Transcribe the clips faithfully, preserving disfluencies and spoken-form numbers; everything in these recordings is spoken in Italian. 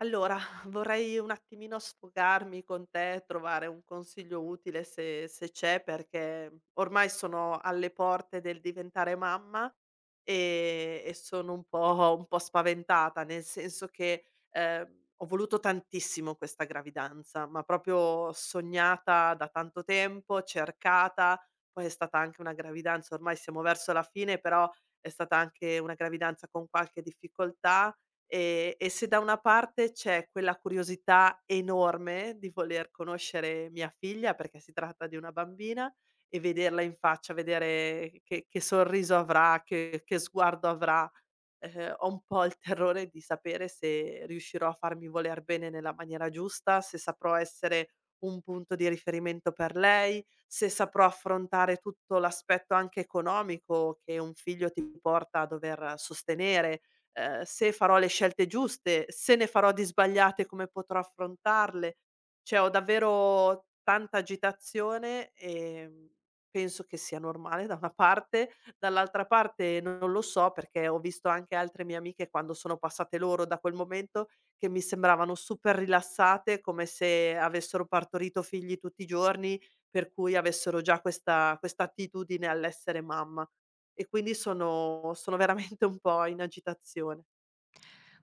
Allora, vorrei un attimino sfogarmi con te, trovare un consiglio utile se se c'è, perché ormai sono alle porte del diventare mamma e e sono un po' un po' spaventata, nel senso che, ehm, ho voluto tantissimo questa gravidanza, ma proprio sognata da tanto tempo, cercata, poi è stata anche una gravidanza ormai siamo verso la fine, però è stata anche una gravidanza con qualche difficoltà. Ehm, e se da una parte c'è quella curiosità enorme di voler conoscere mia figlia, perché si tratta di una bambina, e vederla in faccia, vedere che che sorriso avrà, che che sguardo avrà, ehm, ho un po' il terrore di sapere se riuscirò a farmi voler bene nella maniera giusta, se saprò essere un punto di riferimento per lei, se saprò affrontare tutto l'aspetto anche economico che un figlio ti porta a dover sostenere, ehm, se farò le scelte giuste, se ne farò di sbagliate come potrò affrontarle. Cioè ho davvero tanta agitazione, ehm, penso che sia normale da una parte, dall'altra parte non lo so, perché ho visto anche altre mie amiche quando sono passate loro da quel momento, che mi sembravano super rilassate, come se avessero partorito figli tutti i giorni, per cui avessero già questa questa attitudine all'essere mamma. E quindi sono sono veramente un po' in agitazione.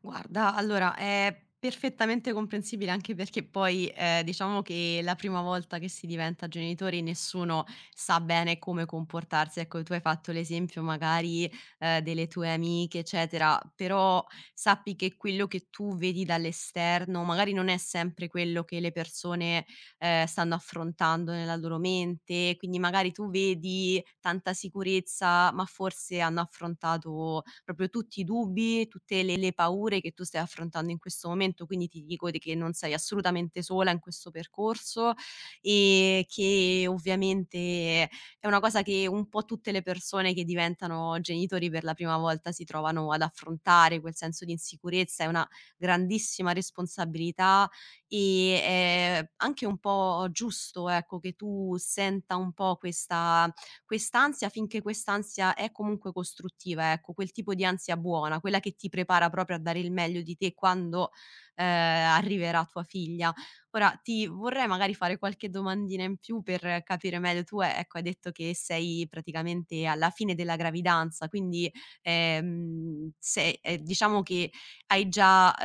Guarda, allora è perfettamente comprensibile anche perché poi, ehm, diciamo che la prima volta che si diventa genitori nessuno sa bene come comportarsi. Ecco, tu hai fatto l'esempio magari, ehm, delle tue amiche, eccetera, però sappi che quello che tu vedi dall'esterno magari non è sempre quello che le persone ehm, stanno affrontando nella loro mente, quindi magari tu vedi tanta sicurezza, ma forse hanno affrontato proprio tutti i dubbi, tutte le le paure che tu stai affrontando in questo momento, quindi ti dico di che non sei assolutamente sola in questo percorso e che ovviamente è una cosa che un po' tutte le persone che diventano genitori per la prima volta si trovano ad affrontare, quel senso di insicurezza, è una grandissima responsabilità. Ehm, è anche un po' giusto, ecco, che tu senta un po' questa quest'ansia finché quest'ansia è comunque costruttiva, ecco, quel tipo di ansia buona, quella che ti prepara proprio a dare il meglio di te quando, ehm, arriverà tua figlia. Ora ti vorrei magari fare qualche domandina in più per capire meglio. Tu, eh, ecco, hai detto che sei praticamente alla fine della gravidanza, quindi, ehm, se ehm, diciamo che hai già,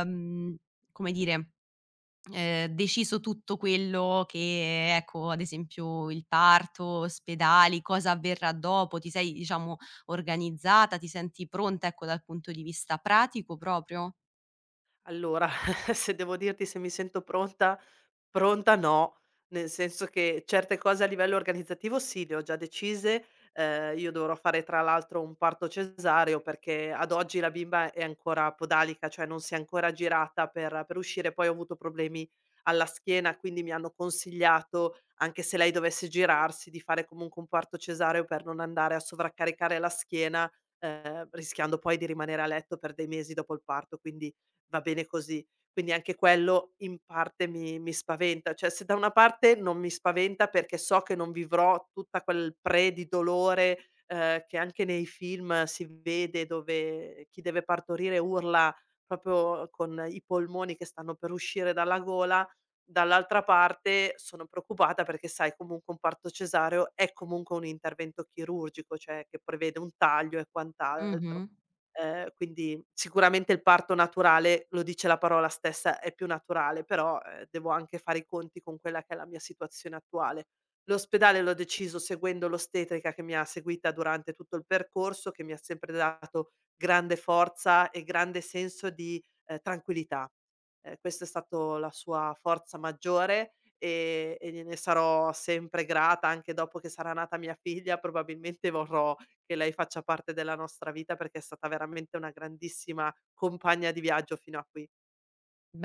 ehm, come dire, Ehm, deciso tutto quello che ecco, ad esempio il parto, ospedali, cosa avverrà dopo, ti sei diciamo organizzata, ti senti pronta, ecco, dal punto di vista pratico proprio? Allora, se devo dirti se mi sento pronta, pronta no, nel senso che certe cose a livello organizzativo sì, le ho già decise. Ehm, io dovrò fare tra l'altro un parto cesareo perché ad oggi la bimba è ancora podalica, cioè non si è ancora girata per per uscire. Poi ho avuto problemi alla schiena, quindi mi hanno consigliato, anche se lei dovesse girarsi, di fare comunque un parto cesareo per non andare a sovraccaricare la schiena, ehm, rischiando poi di rimanere a letto per dei mesi dopo il parto, quindi va bene così. Quindi anche quello in parte mi mi spaventa, cioè se da una parte non mi spaventa perché so che non vivrò tutta quel pre di dolore, ehm, che anche nei film si vede dove chi deve partorire urla proprio con i polmoni che stanno per uscire dalla gola, dall'altra parte sono preoccupata perché sai comunque un parto cesareo è comunque un intervento chirurgico, cioè che prevede un taglio e quant'altro. Mh-mh. Ehm, quindi sicuramente il parto naturale, lo dice la parola stessa, è più naturale, però, ehm, devo anche fare i conti con quella che è la mia situazione attuale. L'ospedale l'ho deciso seguendo l'ostetrica che mi ha seguita durante tutto il percorso, che mi ha sempre dato grande forza e grande senso di, ehm, tranquillità. Ehm, questa è stato la sua forza maggiore, ehm, e gliene sarò sempre grata, anche dopo che sarà nata mia figlia probabilmente vorrò che lei faccia parte della nostra vita perché è stata veramente una grandissima compagna di viaggio fino a qui.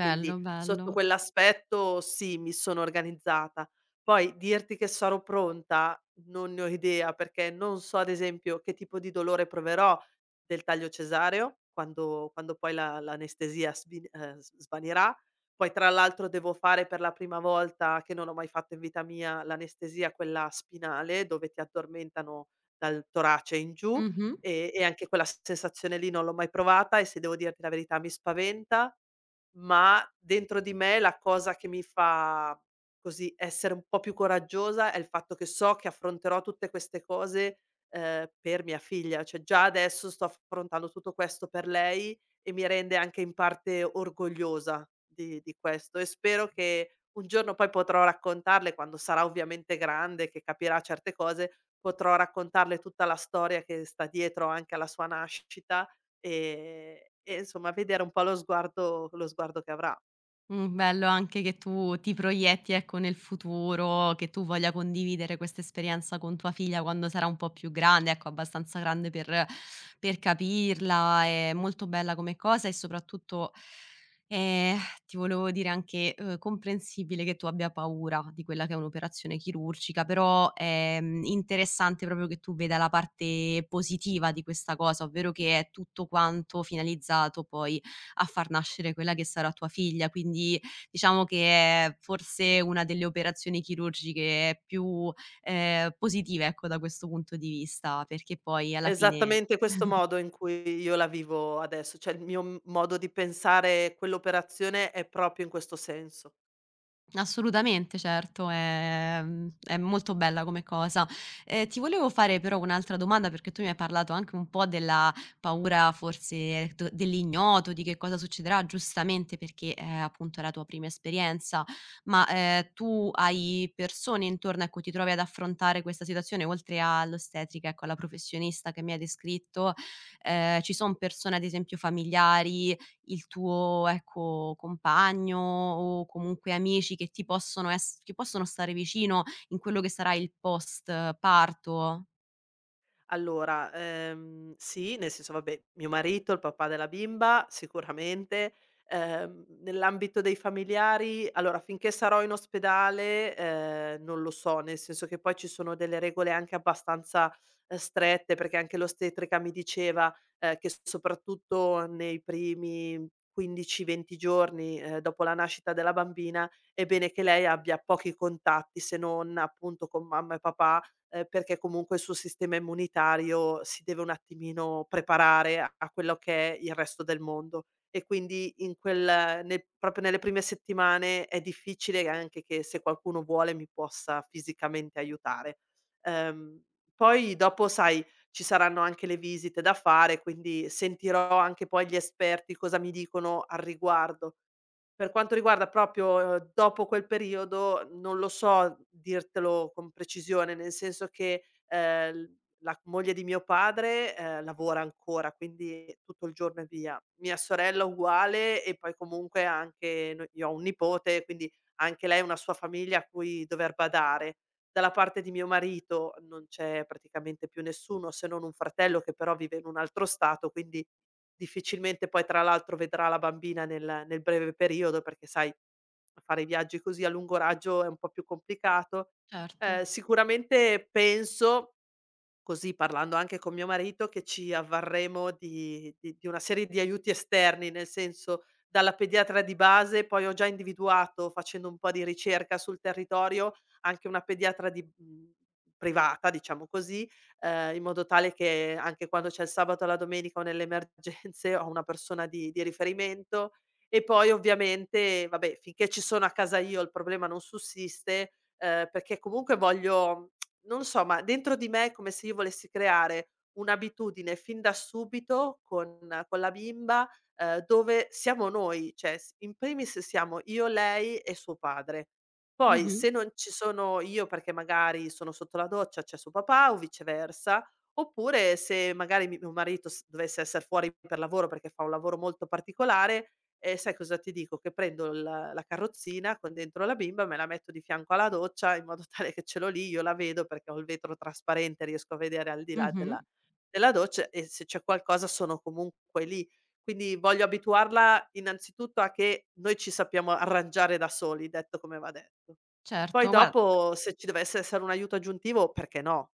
Quindi sotto bello. quell'aspetto sì, mi sono organizzata. Poi dirti che sarò pronta, non ne ho idea, perché non so ad esempio che tipo di dolore proverò del taglio cesareo quando quando poi la l'anestesia svi ehm, s svanirà. Poi tra l'altro devo fare per la prima volta, che non ho mai fatto in vita mia, l'anestesia quella spinale, dove ti addormentano dal torace in giù Mh-mh. e e anche quella sensazione lì non l'ho mai provata e se devo dirti la verità mi spaventa. Ma dentro di me la cosa che mi fa così essere un po' più coraggiosa è il fatto che so che affronterò tutte queste cose, ehm, per mia figlia. Cioè già adesso sto affrontando tutto questo per lei e mi rende anche in parte orgogliosa di di questo e spero che un giorno poi potrò raccontarle, quando sarà ovviamente grande, che capirà certe cose, potrò raccontarle tutta la storia che sta dietro anche alla sua nascita. Ehm, e insomma vedere un po' lo sguardo lo sguardo che avrà. Mh, bello anche che tu ti proietti, ecco, nel futuro, che tu voglia condividere questa esperienza con tua figlia quando sarà un po' più grande, ecco, abbastanza grande per per capirla. È molto bella come cosa e soprattutto, ehm, ti volevo dire anche, uhm, comprensibile che tu abbia paura di quella che è un'operazione chirurgica, però è, mhmm, interessante proprio che tu veda la parte positiva di questa cosa, ovvero che è tutto quanto finalizzato poi a far nascere quella che sarà tua figlia. Quindi diciamo che è forse una delle operazioni chirurgiche più, ehm, positive, ecco, da questo punto di vista, perché poi È alla fine. esattamente questo modo in cui io la vivo adesso, cioè il mio m modo di pensare quell'operazione è proprio in questo senso. Assolutamente, certo, è mhmm, è molto bella come cosa. Ehm, ti volevo fare però un'altra domanda, perché tu mi hai parlato anche un po' della paura forse do dell'ignoto, di che cosa succederà, giustamente perché, ehm, appunto è la tua prima esperienza, ma, ehm, tu hai persone intorno a cui ti trovi ad affrontare questa situazione, oltre all'ostetrica, ecco, alla professionista che mi hai descritto, ehm, ci son persone ad esempio familiari, il tuo, ecco, compagno o comunque amici che ti possono ess che possono stare vicino in quello che sarà il post parto. Allora, ehm, sì, nel senso vabbè, mio marito, il papà della bimba sicuramente, ehm, nell'ambito dei familiari allora finché sarò in ospedale, ehm, non lo so, nel senso che poi ci sono delle regole anche abbastanza, ehm, strette, perché anche l'ostetrica mi diceva, ehm, che soprattutto nei primi quindici, venti giorni, ehm, dopo la nascita della bambina, è bene che lei abbia pochi contatti se non appunto con mamma e papà, ehm, perché comunque il suo sistema immunitario si deve un attimino preparare a a quello che è il resto del mondo. E quindi in quel nel proprio nelle prime settimane è difficile anche che se qualcuno vuole mi possa fisicamente aiutare. Ehm, Poi dopo sai, ci saranno anche le visite da fare, quindi sentirò anche poi gli esperti cosa mi dicono al riguardo. Per quanto riguarda proprio, ehm, dopo quel periodo, non lo so dirtelo con precisione, nel senso che, ehm, l la moglie di mio padre, ehm, lavora ancora, quindi tutto il giorno è via. Mia sorella uguale e poi comunque anche noi io ho un nipote, quindi anche lei ha una sua famiglia a cui dover badare. Dalla parte di mio marito non c'è praticamente più nessuno, se non un fratello che però vive in un altro stato, quindi difficilmente poi tra l'altro vedrà la bambina nel nel breve periodo, perché sai, fare i viaggi così a lungo raggio è un po' più complicato. Certo. Ehm, sicuramente penso, così parlando anche con mio marito, che ci avvarremo di di di una serie di aiuti esterni, nel senso dalla pediatra di base, poi ho già individuato, facendo un po' di ricerca sul territorio, anche una pediatra di mhmm, privata, diciamo così, ehm, in modo tale che anche quando c'è il sabato e la domenica o nelle emergenze ho una persona di di riferimento. E poi ovviamente, vabbè, finché ci sono a casa io il problema non sussiste, ehm, perché comunque voglio, non so, ma dentro di me è come se io volessi creare un'abitudine fin da subito con con la bimba, ehm, dove siamo noi, cioè s in primis siamo io, lei e suo padre. Poi Mh-mh. se non ci sono io perché magari sono sotto la doccia, c'è suo papà o viceversa, oppure se magari mi mio marito s dovesse esser fuori per lavoro perché fa un lavoro molto particolare, e sai cosa ti dico? Che prendo la la carrozzina con dentro la bimba, me la metto di fianco alla doccia in modo tale che ce l'ho lì, io la vedo perché ho il vetro trasparente, riesco a vedere al di là Mh-mh. della della doccia e se c'è qualcosa sono comunque lì. Quindi voglio abituarla innanzitutto a che noi ci sappiamo arrangiare da soli, detto come va detto. Certo, Poi guar dopo se ci dovesse essere un aiuto aggiuntivo, perché no?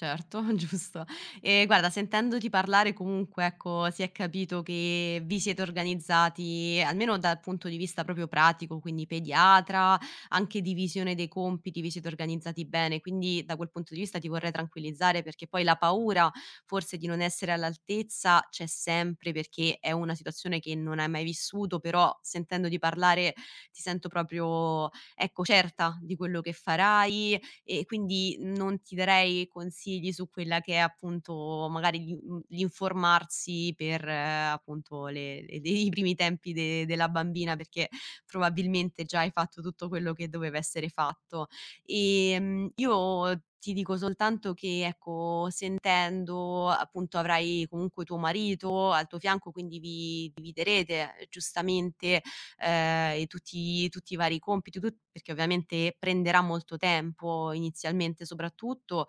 Certo, giusto. E guarda, sentendoti parlare comunque, ecco, si è capito che vi siete organizzati, almeno dal punto di vista proprio pratico, quindi pediatra, anche divisione dei compiti, vi siete organizzati bene, quindi da quel punto di vista ti vorrei tranquillizzare perché poi la paura forse di non essere all'altezza c'è sempre perché è una situazione che non hai mai vissuto, però sentendoti parlare ti sento proprio, ecco, certa di quello che farai, e quindi non ti darei consigli su quella che è appunto magari l'in mhmm, l'informarsi per eh, appunto le le i primi tempi de della bambina, perché probabilmente già hai fatto tutto quello che doveva essere fatto. Ehm, io ti dico soltanto che, ecco, sentendo appunto avrai comunque tuo marito al tuo fianco, quindi vi dividerete eh, giustamente ehm, e tutti tutti i vari compiti, tut perché ovviamente prenderà molto tempo inizialmente soprattutto.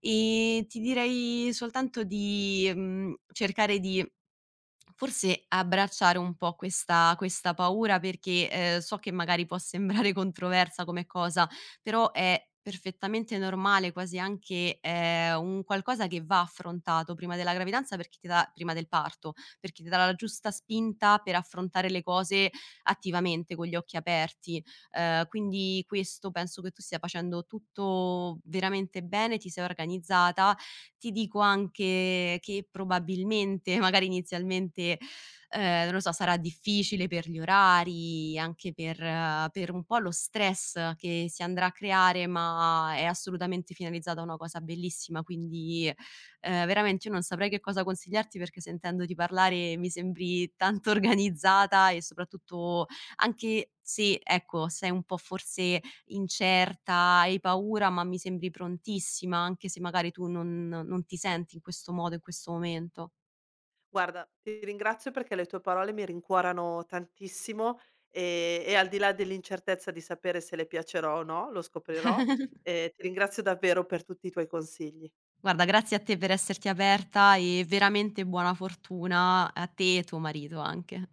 Ehm, ti direi soltanto di, mhmm, cercare di forse abbracciare un po' questa questa paura perché, ehm, so che magari può sembrare controversa come cosa, però è perfettamente normale, quasi anche, ehm, un qualcosa che va affrontato prima della gravidanza perché ti dà prima del parto, perché ti dà la giusta spinta per affrontare le cose attivamente, con gli occhi aperti. Ehm, quindi questo penso che tu stia facendo tutto veramente bene, ti sei organizzata. Ti dico anche che probabilmente, magari inizialmente, ehm, non lo so, sarà difficile per gli orari, anche per eh, per un po' lo stress che si andrà a creare, ma è assolutamente finalizzata a una cosa bellissima, quindi, ehm, veramente io non saprei che cosa consigliarti perché sentendoti parlare mi sembri tanto organizzata e soprattutto anche se, ecco, sei un po' forse incerta, hai paura, ma mi sembri prontissima, anche se magari tu non non ti senti in questo modo, in questo momento. Guarda, ti ringrazio perché le tue parole mi rincuorano tantissimo e e al di là dell'incertezza di sapere se le piacerò o no, lo scoprirò, ehm, ti ringrazio davvero per tutti i tuoi consigli. Guarda, grazie a te per esserti aperta e veramente buona fortuna a te e tuo marito anche.